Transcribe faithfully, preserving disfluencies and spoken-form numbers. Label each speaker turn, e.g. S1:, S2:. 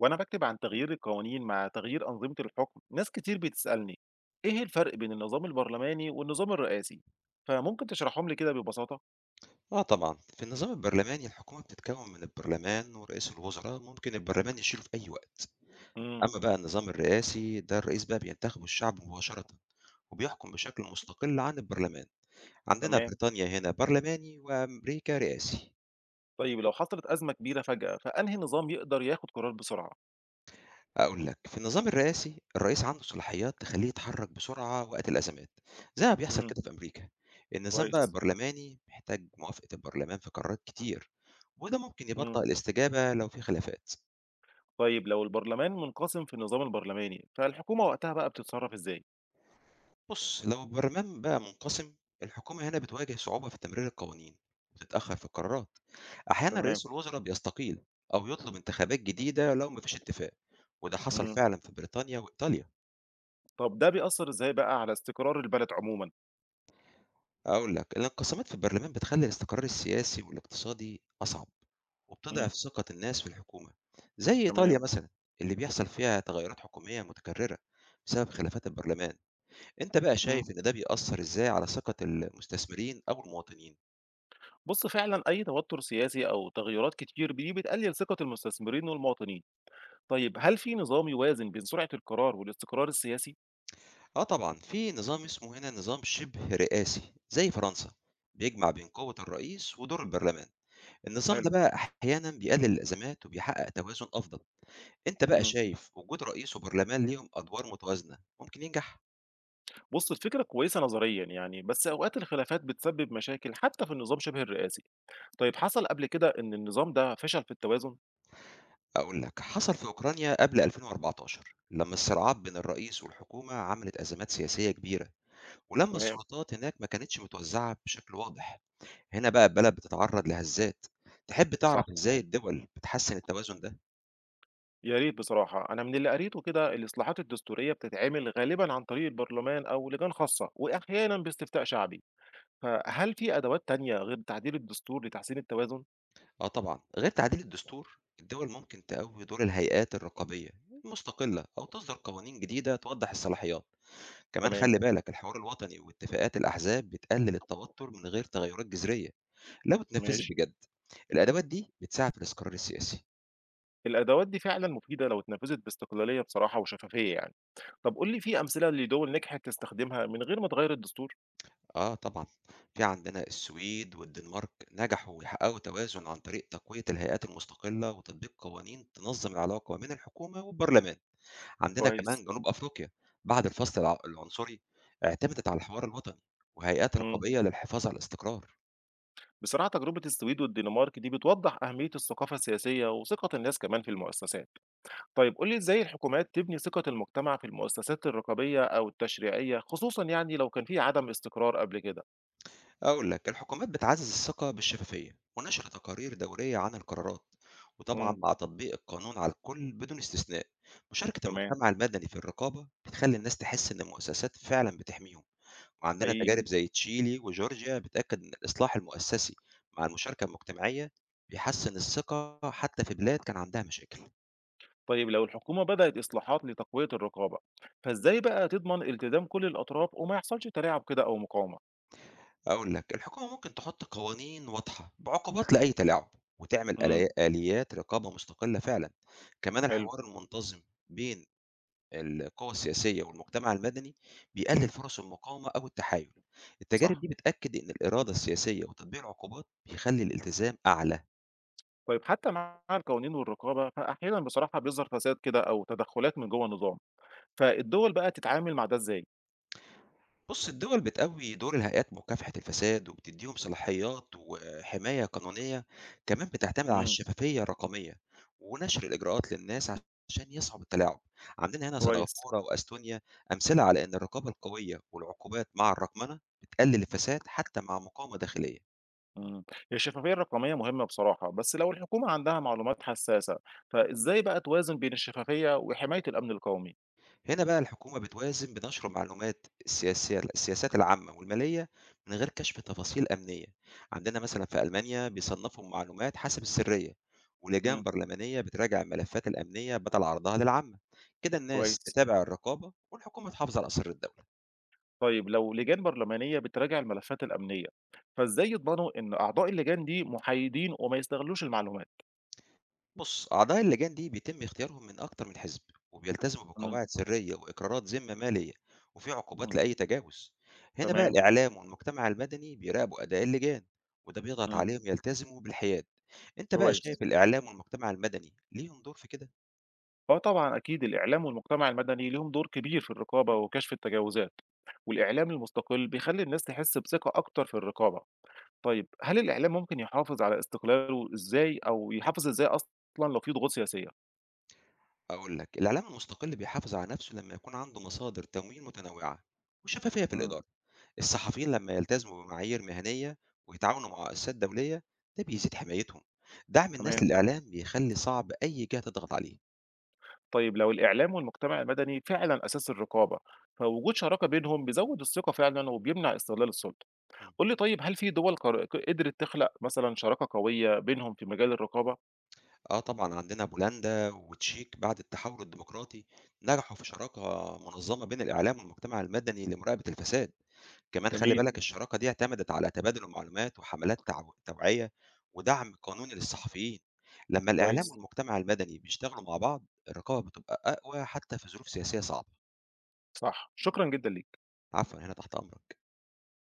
S1: وأنا بكتب عن تغيير القوانين مع تغيير أنظمة الحكم، ناس كتير بتسألني إيه الفرق بين النظام البرلماني والنظام الرئاسي، فممكن تشرحهم لي كده ببساطة؟
S2: آه طبعًا، في النظام البرلماني الحكومة بتتكوّن من البرلمان ورئيس الوزراء، ممكن البرلمان يشيله في أي وقت.
S1: امم.
S2: أمّا بقى النظام الرئاسي، ده الرئيس بقى بينتخبه الشعب مباشرةً، وبيحكم بشكل مستقل عن البرلمان. عندنا
S1: تمام.
S2: بريطانيا هنا برلماني وأمريكا رئاسي.
S1: طيب لو حصلت أزمة كبيرة فجأة فأنهي نظام يقدر ياخد قرار بسرعة؟
S2: أقول لك، في النظام الرئاسي الرئيس عنده صلاحيات تخلّيه يتحرك بسرعة وقت الأزمات، زي ما بيحصل
S1: امم.
S2: كده في أمريكا. النظام بقى
S1: كويس.
S2: البرلماني محتاج موافقة البرلمان في قرارات كتير، وده ممكن
S1: امم.
S2: يبطّئ الاستجابة لو في خلافات.
S1: طيب لو البرلمان منقسم في النظام البرلماني فالحكومة وقتها بقى بتتصرف إزاي؟
S2: بُص، لو البرلمان بقى منقسم، الحكومة هنا بتواجه صعوبة في تمرير القوانين، وبتتأخر في القرارات. أحيانًا
S1: تمام.
S2: رئيس الوزراء بيستقيل أو يطلب انتخابات جديدة لو ما فيش اتفاق، وده حصل
S1: امم.
S2: فعلًا في بريطانيا وإيطاليا.
S1: طب ده بيأثر إزاي بقى على استقرار البلد عموما؟
S2: هاقول لك، الانقسامات في البرلمان بتخلي الاستقرار السياسي والاقتصادي أصعب،
S1: امم.
S2: وبتضعف ثقة الناس في الحكومة. زي
S1: تمام.
S2: إيطاليا مثلًا، اللي بيحصل فيها تغيرات حكومية متكررة بسبب خلافات البرلمان. أنت بقى
S1: إمم.
S2: شايف إن ده بيأثر إزاي على ثقة المستثمرين أو المواطنين؟
S1: بُص فعلًا أي توتر سياسي أو تغيرات كتير دي بتقلل ثقة المستثمرين والمواطنين. طيب هل في نظام يوازن بين سرعة القرار والاستقرار السياسي؟
S2: آه طبعًا، في نظام اسمه هنا نظام شِبه رئاسي زي فرنسا، بيجمع بين قوة الرئيس ودور البرلمان. النظام
S1: حلو.
S2: ده بقى أحيانًا بيقلل الأزمات وبيحقق توازن أفضل. أنت بقى
S1: إمم.
S2: شايف وجود رئيس وبرلمان ليهم أدوار متوازنة ممكن ينجح؟
S1: بُص الفكرة كويسة نظريًا يعني، بس أوقات الخلافات بتسبب مشاكل حتى في النظام شبه الرئاسي. طيب حصل قبل كده إن النظام ده فشل في التوازن؟
S2: أقول لك، حصل في أوكرانيا قبل ألفين وأربعة عشر لمّا الصراعات بين الرئيس والحكومة عملت أزمات سياسية كبيرة، ولمّا
S1: تمام.
S2: السلطات هناك ما كانتش متوزعة بشكل واضح. هنا بقى البلد بتتعرض لهزات. تحب تعرف
S1: صح.
S2: إزاي الدول بتحسّن التوازن ده؟
S1: يا ريت بصراحة، أنا من اللي قريته كده الإصلاحات الدستورية بتتعمل غالبًا عن طريق البرلمان أو لجان خاصة، وأحيانًا باستفتاء شعبي. فهل في أدوات تانية غير تعديل الدستور لتحسين التوازن؟
S2: آه طبعًا، غير تعديل الدستور، الدول ممكن تقوي دور الهيئات الرقابية المستقلة أو تصدر قوانين جديدة توضح الصلاحيات، كمان
S1: تمام.
S2: خلي بالك الحوار الوطني واتفاقات الأحزاب بتقلل التوتر من غير تغيرات جذرية لو اتنفذت
S1: ماشي.
S2: بجد، الأدوات دي بتساعد في الاستقرار السياسي.
S1: الأدوات دي فعلًا مفيدة لو اتنفذت باستقلالية بصراحة وشفافية يعني. طب قُل لي في أمثلة لدول نجحت تستخدمها من غير ما تغيّر الدستور؟
S2: آه طبعًا، في عندنا السويد والدنمارك نجحوا يحققوا توازن عن طريق تقوية الهيئات المستقلة وتطبيق قوانين تنظم العلاقة بين الحكومة والبرلمان. عندنا
S1: كويس.
S2: كمان جنوب أفريقيا بعد الفصل الع العنصري اعتمدت على الحوار الوطني وهيئات
S1: إمم.
S2: رقابية للحفاظ على الاستقرار.
S1: بصراحة تجربة السويد والدنمارك دي بتوضّح أهمية الثقافة السياسية وثقة الناس كمان في المؤسسات. طيب قُل لي إزاي الحكومات تبني ثقة المجتمع في المؤسسات الرقابية أو التشريعية خصوصًا يعني لو كان في عدم استقرار قبل كده؟
S2: أقول لك الحكومات بتعزز الثقة بالشفافية ونشر تقارير دورية عن القرارات وطبعا
S1: إمم.
S2: مع تطبيق القانون على الكل بدون استثناء. مشاركة
S1: تمام.
S2: المجتمع المدني في الرقابة بتخلي الناس تحس إن المؤسسات فعلا بتحميهم. وعندنا
S1: حقيقي.
S2: تجارب زي تشيلي وجورجيا بتأكد إن الإصلاح المؤسسي مع المشاركة المجتمعية بيحسن الثقة حتى في بلاد كان عندها مشاكل.
S1: طيب لو الحكومة بدأت إصلاحات لتقوية الرقابة، فإزاي بقى تضمن التزام كل الأطراف وما يحصلش تلاعب كده أو مقاومة؟
S2: أقول لك الحكومة ممكن تحط قوانين واضحة بعقوبات لأي تلاعب وتعمل
S1: امم.
S2: آلي- آليات رقابة مستقلة فعلا. كمان
S1: حلو.
S2: الحوار المنتظم بين القوى السياسية والمجتمع المدني بيقلل فرص المقاومة أو التحايل. التجارب
S1: صح.
S2: دي بتأكد إن الإرادة السياسية وتطبيق العقوبات بيخلي الالتزام أعلى.
S1: طيب حتى مع القوانين والرقابة فأحيانا بصراحة بيظهر فساد كده أو تدخلات من جوه النظام، فالدول بقى تتعامل مع ده إزاي؟
S2: بص الدول بتقوي دور الهيئات مكافحة الفساد وبتديهم صلاحيات وحماية قانونية، كمان بتعتمد على
S1: امم.
S2: الشفافية الرقمية ونشر الإجراءات للناس عشان يصعب التلاعب. عندنا هنا
S1: كويس.
S2: سنغافورة وأستونيا أمثلة على إن الرقابة القوية والعقوبات مع الرقمنة بتقلل الفساد حتى مع مقاومة داخلية.
S1: امم. هي الشفافية الرقمية مهمة بصراحة، بس لو الحكومة عندها معلومات حساسة فإزاي بقى توازن بين الشفافية وحماية الأمن القومي؟
S2: هنا بقى الحكومة بتوازن بين نشر معلومات السياسية السياسات العامة والمالية من غير كشف تفاصيل أمنية. عندنا مثلا في ألمانيا بيصنفوا المعلومات حسب السرية، ولجان
S1: امم.
S2: برلمانية بتراجع الملفات الأمنية بدل عرضها للعامة. كده الناس
S1: كويس.
S2: تتابع الرقابة والحكومة تحافظ على أسرار الدولة.
S1: طيب لو لجان برلمانية بتراجع الملفات الأمنية، فإزاي يضمنوا إن أعضاء اللجان دي محايدين وما يستغلوش المعلومات؟
S2: بص أعضاء اللجان دي بيتم اختيارهم من أكتر من حزب، وبيلتزموا
S1: مم.
S2: بقواعد سرية وإقرارات ذمة مالية، وفي عقوبات
S1: مم.
S2: لأي تجاوز. هنا بقى
S1: تمام.
S2: الإعلام والمجتمع المدني بيراقبوا أداء اللجان، وده بيضغط
S1: امم.
S2: عليهم يلتزموا بالحياد. أنت بقى
S1: كويس.
S2: شايف الإعلام والمجتمع المدني ليهم دور في كده؟
S1: آه طبعًا، أكيد الإعلام والمجتمع المدني ليهم دور كبير في الرقابة وكشف التجاوزات، والإعلام المستقل بيخلي الناس تحس بثقة أكتر في الرقابة. طيب هل الإعلام ممكن يحافظ على استقلاله إزاي، أو يحافظ إزاي أصلًا لو في ضغوط سياسية؟
S2: أقول لك الإعلام المستقل بيحافظ على نفسه لما يكون عنده مصادر تمويل متنوعة وشفافية في
S1: مم.
S2: الإدارة. الصحفيين لما يلتزموا بمعايير مهنية ويتعاونوا مع مؤسسات دولية ده بيزيد حمايتهم. دعم الناس
S1: تمام.
S2: للإعلام بيخلي صعب أي جهة تضغط عليه.
S1: طيب لو الإعلام والمجتمع المدني فعلا أساس الرقابة، فوجود شراكة بينهم بيزود الثقة فعلا وبيمنع استغلال السلطة.
S2: مم.
S1: قول لي طيب، هل في دول قر- قدرت تخلق مثلا شراكة قوية بينهم في مجال الرقابة؟
S2: آه طبعا عندنا بولندا وتشيك بعد التحول الديمقراطي نجحوا في شراكة منظمة بين الإعلام والمجتمع المدني لمراقبة الفساد. كمان خلّي
S1: جميل.
S2: بالك الشراكة دي اعتمدت على تبادل المعلومات وحملات تعو توعية ودعم قانوني للصحفيين، لمّا الإعلام
S1: كويس.
S2: والمجتمع المدني بيشتغلوا مع بعض الرقابة بتبقى أقوى حتى في ظروف سياسية صعبة.
S1: صح، شكرا جدا ليك.
S2: عفوًا، هنا تحت أمرك.